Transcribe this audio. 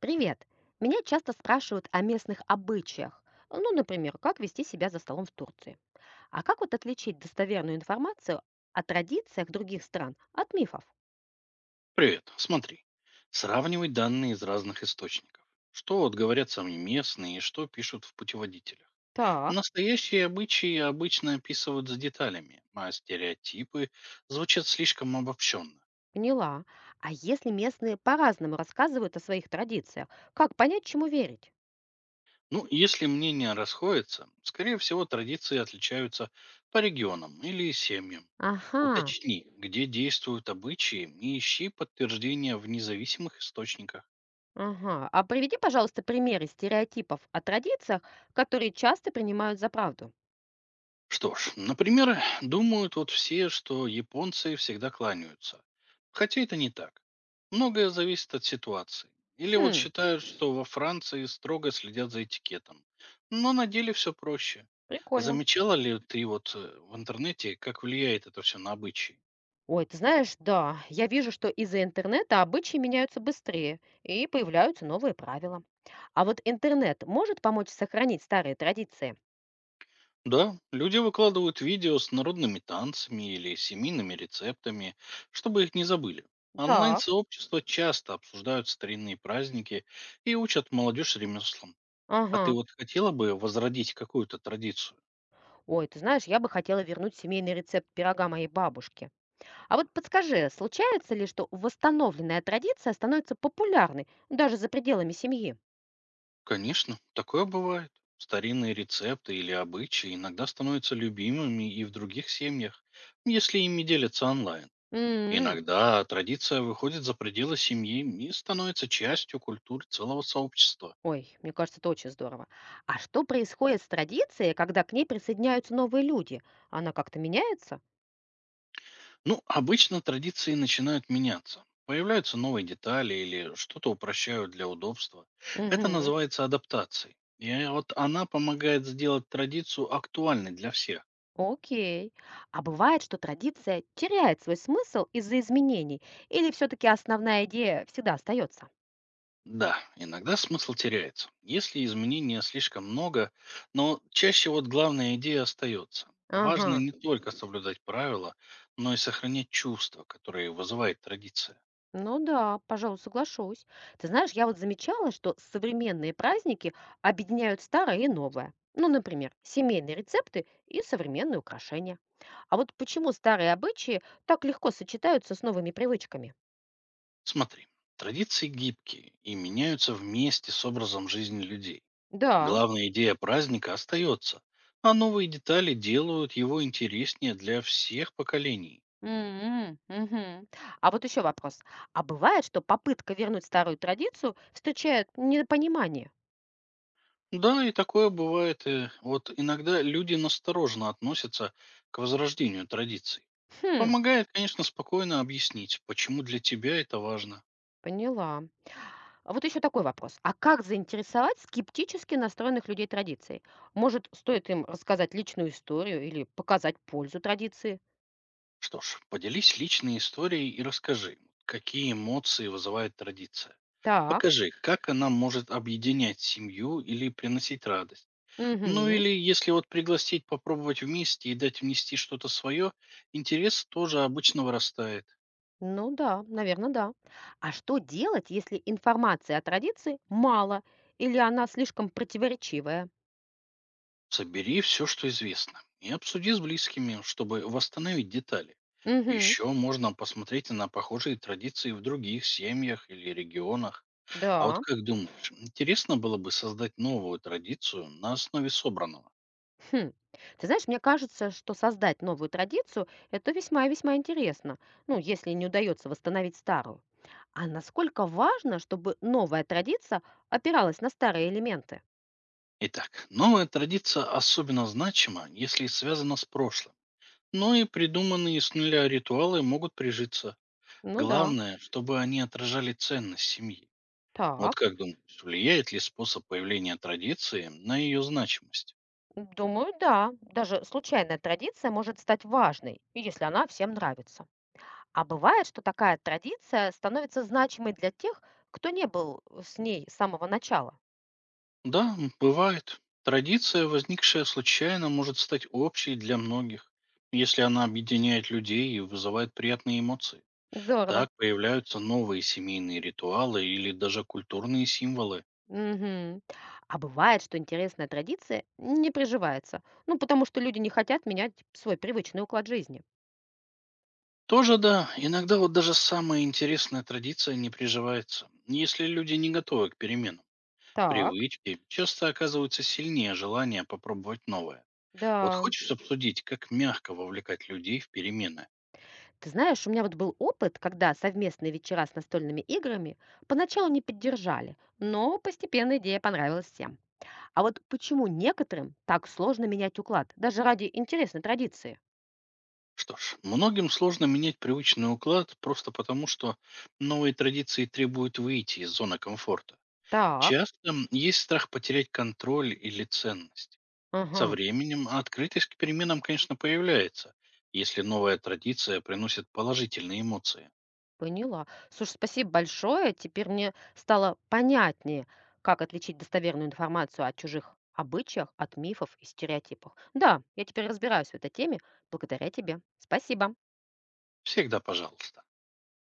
Привет! Меня часто спрашивают о местных обычаях. Ну, например, как вести себя за столом в Турции. А как вот отличить достоверную информацию о традициях других стран от мифов? Привет. Смотри. Сравнивай данные из разных источников. Что вот говорят сами местные и что пишут в путеводителях. Так, Настоящие обычаи обычно описывают с деталями, а стереотипы звучат слишком обобщенно. поняла. А если местные по-разному рассказывают о своих традициях, как понять, чему верить? Ну, если мнения расходятся, скорее всего, традиции отличаются по регионам или семьям. Ага, Уточни, где действуют обычаи, и ищи подтверждения в независимых источниках. ага. А приведи, пожалуйста, примеры стереотипов о традициях, которые часто принимают за правду. Что ж, например, думают вот все, что японцы всегда кланяются. Хотя это не так. Многое зависит от ситуации. Или вот Хм, считают, что во Франции строго следят за этикетом. Но на деле все проще. прикольно. Замечала ли ты вот в интернете, как влияет это все на обычаи? Ой, ты знаешь, да, я вижу, что из-за интернета обычаи меняются быстрее и появляются новые правила. А вот интернет может помочь сохранить старые традиции? Да, люди выкладывают видео с народными танцами или семейными рецептами, чтобы их не забыли. Так. Онлайн-сообщества часто обсуждают старинные праздники и учат молодежь ремеслам. А ты Ага. вот хотела бы возродить какую-то традицию? Ой, ты знаешь, я бы хотела вернуть семейный рецепт пирога моей бабушки. А вот подскажи, случается ли, что восстановленная традиция становится популярной даже за пределами семьи? Конечно, такое бывает. Старинные рецепты или обычаи иногда становятся любимыми и в других семьях, если ими делятся онлайн. М. Иногда традиция выходит за пределы семьи и становится частью культуры целого сообщества. Ой, мне кажется, это очень здорово. А что происходит с традицией, когда к ней присоединяются новые люди? Она как-то меняется? Ну, обычно традиции начинают меняться. Появляются новые детали или что-то упрощают для удобства. Это Угу. называется адаптацией. И вот она помогает сделать традицию актуальной для всех. Окей. А бывает, что традиция теряет свой смысл из-за изменений, или все-таки основная идея всегда остается? Да, иногда смысл теряется, если изменений слишком много, но чаще вот главная идея остается. Ага. Важно не только соблюдать правила, но и сохранять чувства, которые вызывает традиция. Ну да, пожалуй, соглашусь. Ты знаешь, я вот замечала, что современные праздники объединяют старое и новое. Ну, например, семейные рецепты и современные украшения. А вот почему старые обычаи так легко сочетаются с новыми привычками? Смотри, традиции гибкие и меняются вместе с образом жизни людей. Да. Главная идея праздника остается, а новые детали делают его интереснее для всех поколений. М, м, мгм. А вот еще вопрос. А бывает, что попытка вернуть старую традицию встречает недопонимание? Да, и такое бывает. Вот иногда люди настороженно относятся к возрождению традиций. Хм, Помогает, конечно, спокойно объяснить, почему для тебя это важно. поняла. А вот еще такой вопрос. А как заинтересовать скептически настроенных людей традицией? Может, стоит им рассказать личную историю или показать пользу традиции? Что ж, поделись личной историей и расскажи, какие эмоции вызывает традиция. Так. Покажи, как она может объединять семью или приносить радость. Ну Угу. или если вот пригласить попробовать вместе и дать внести что-то свое, интерес тоже обычно вырастает. Ну да, наверное, да. А что делать, если информации о традиции мало или она слишком противоречивая? Собери все, что известно, и обсуди с близкими, чтобы восстановить детали. Угу. Еще можно посмотреть на похожие традиции в других семьях или регионах. А вот Да. как думаешь, интересно было бы создать новую традицию на основе собранного? Хм. Ты знаешь, мне кажется, что создать новую традицию– это весьма и весьма интересно, ну, если не удается восстановить старую. А насколько важно, чтобы новая традиция опиралась на старые элементы? Итак, новая традиция особенно значима, если связана с прошлым. Но и придуманные с нуля ритуалы могут прижиться. Ну да, Главное, чтобы они отражали ценность семьи. Вот так. как думаешь, влияет ли способ появления традиции на ее значимость? Думаю, да. Даже случайная традиция может стать важной, если она всем нравится. А бывает, что такая традиция становится значимой для тех, кто не был с ней с самого начала. Да, бывает. Традиция, возникшая случайно, может стать общей для многих, если она объединяет людей и вызывает приятные эмоции. Здорово. Так появляются новые семейные ритуалы или даже культурные символы. Мгм. А бывает, что интересная традиция не приживается. Ну, потому что люди не хотят менять свой привычный уклад жизни. Тоже да, иногда вот даже самая интересная традиция не приживается, если люди не готовы к переменам. Так, Привычки часто оказываются сильнее желания попробовать новое. Вот да. хочешь обсудить, как мягко вовлекать людей в перемены? Ты знаешь, у меня вот был опыт, когда совместные вечера с настольными играми поначалу не поддержали, но постепенно идея понравилась всем. А вот почему некоторым так сложно менять уклад, даже ради интересной традиции? Что ж, многим сложно менять привычный уклад просто потому, что новые традиции требуют выйти из зоны комфорта. Так. Часто есть страх потерять контроль или ценность. Ага. Со временем открытость к переменам, конечно, появляется, если новая традиция приносит положительные эмоции. Поняла. Слушай, спасибо большое. Теперь мне стало понятнее, как отличить достоверную информацию о чужих обычаях от мифов и стереотипов. Да, я теперь разбираюсь в этой теме благодаря тебе. Спасибо. Всегда пожалуйста.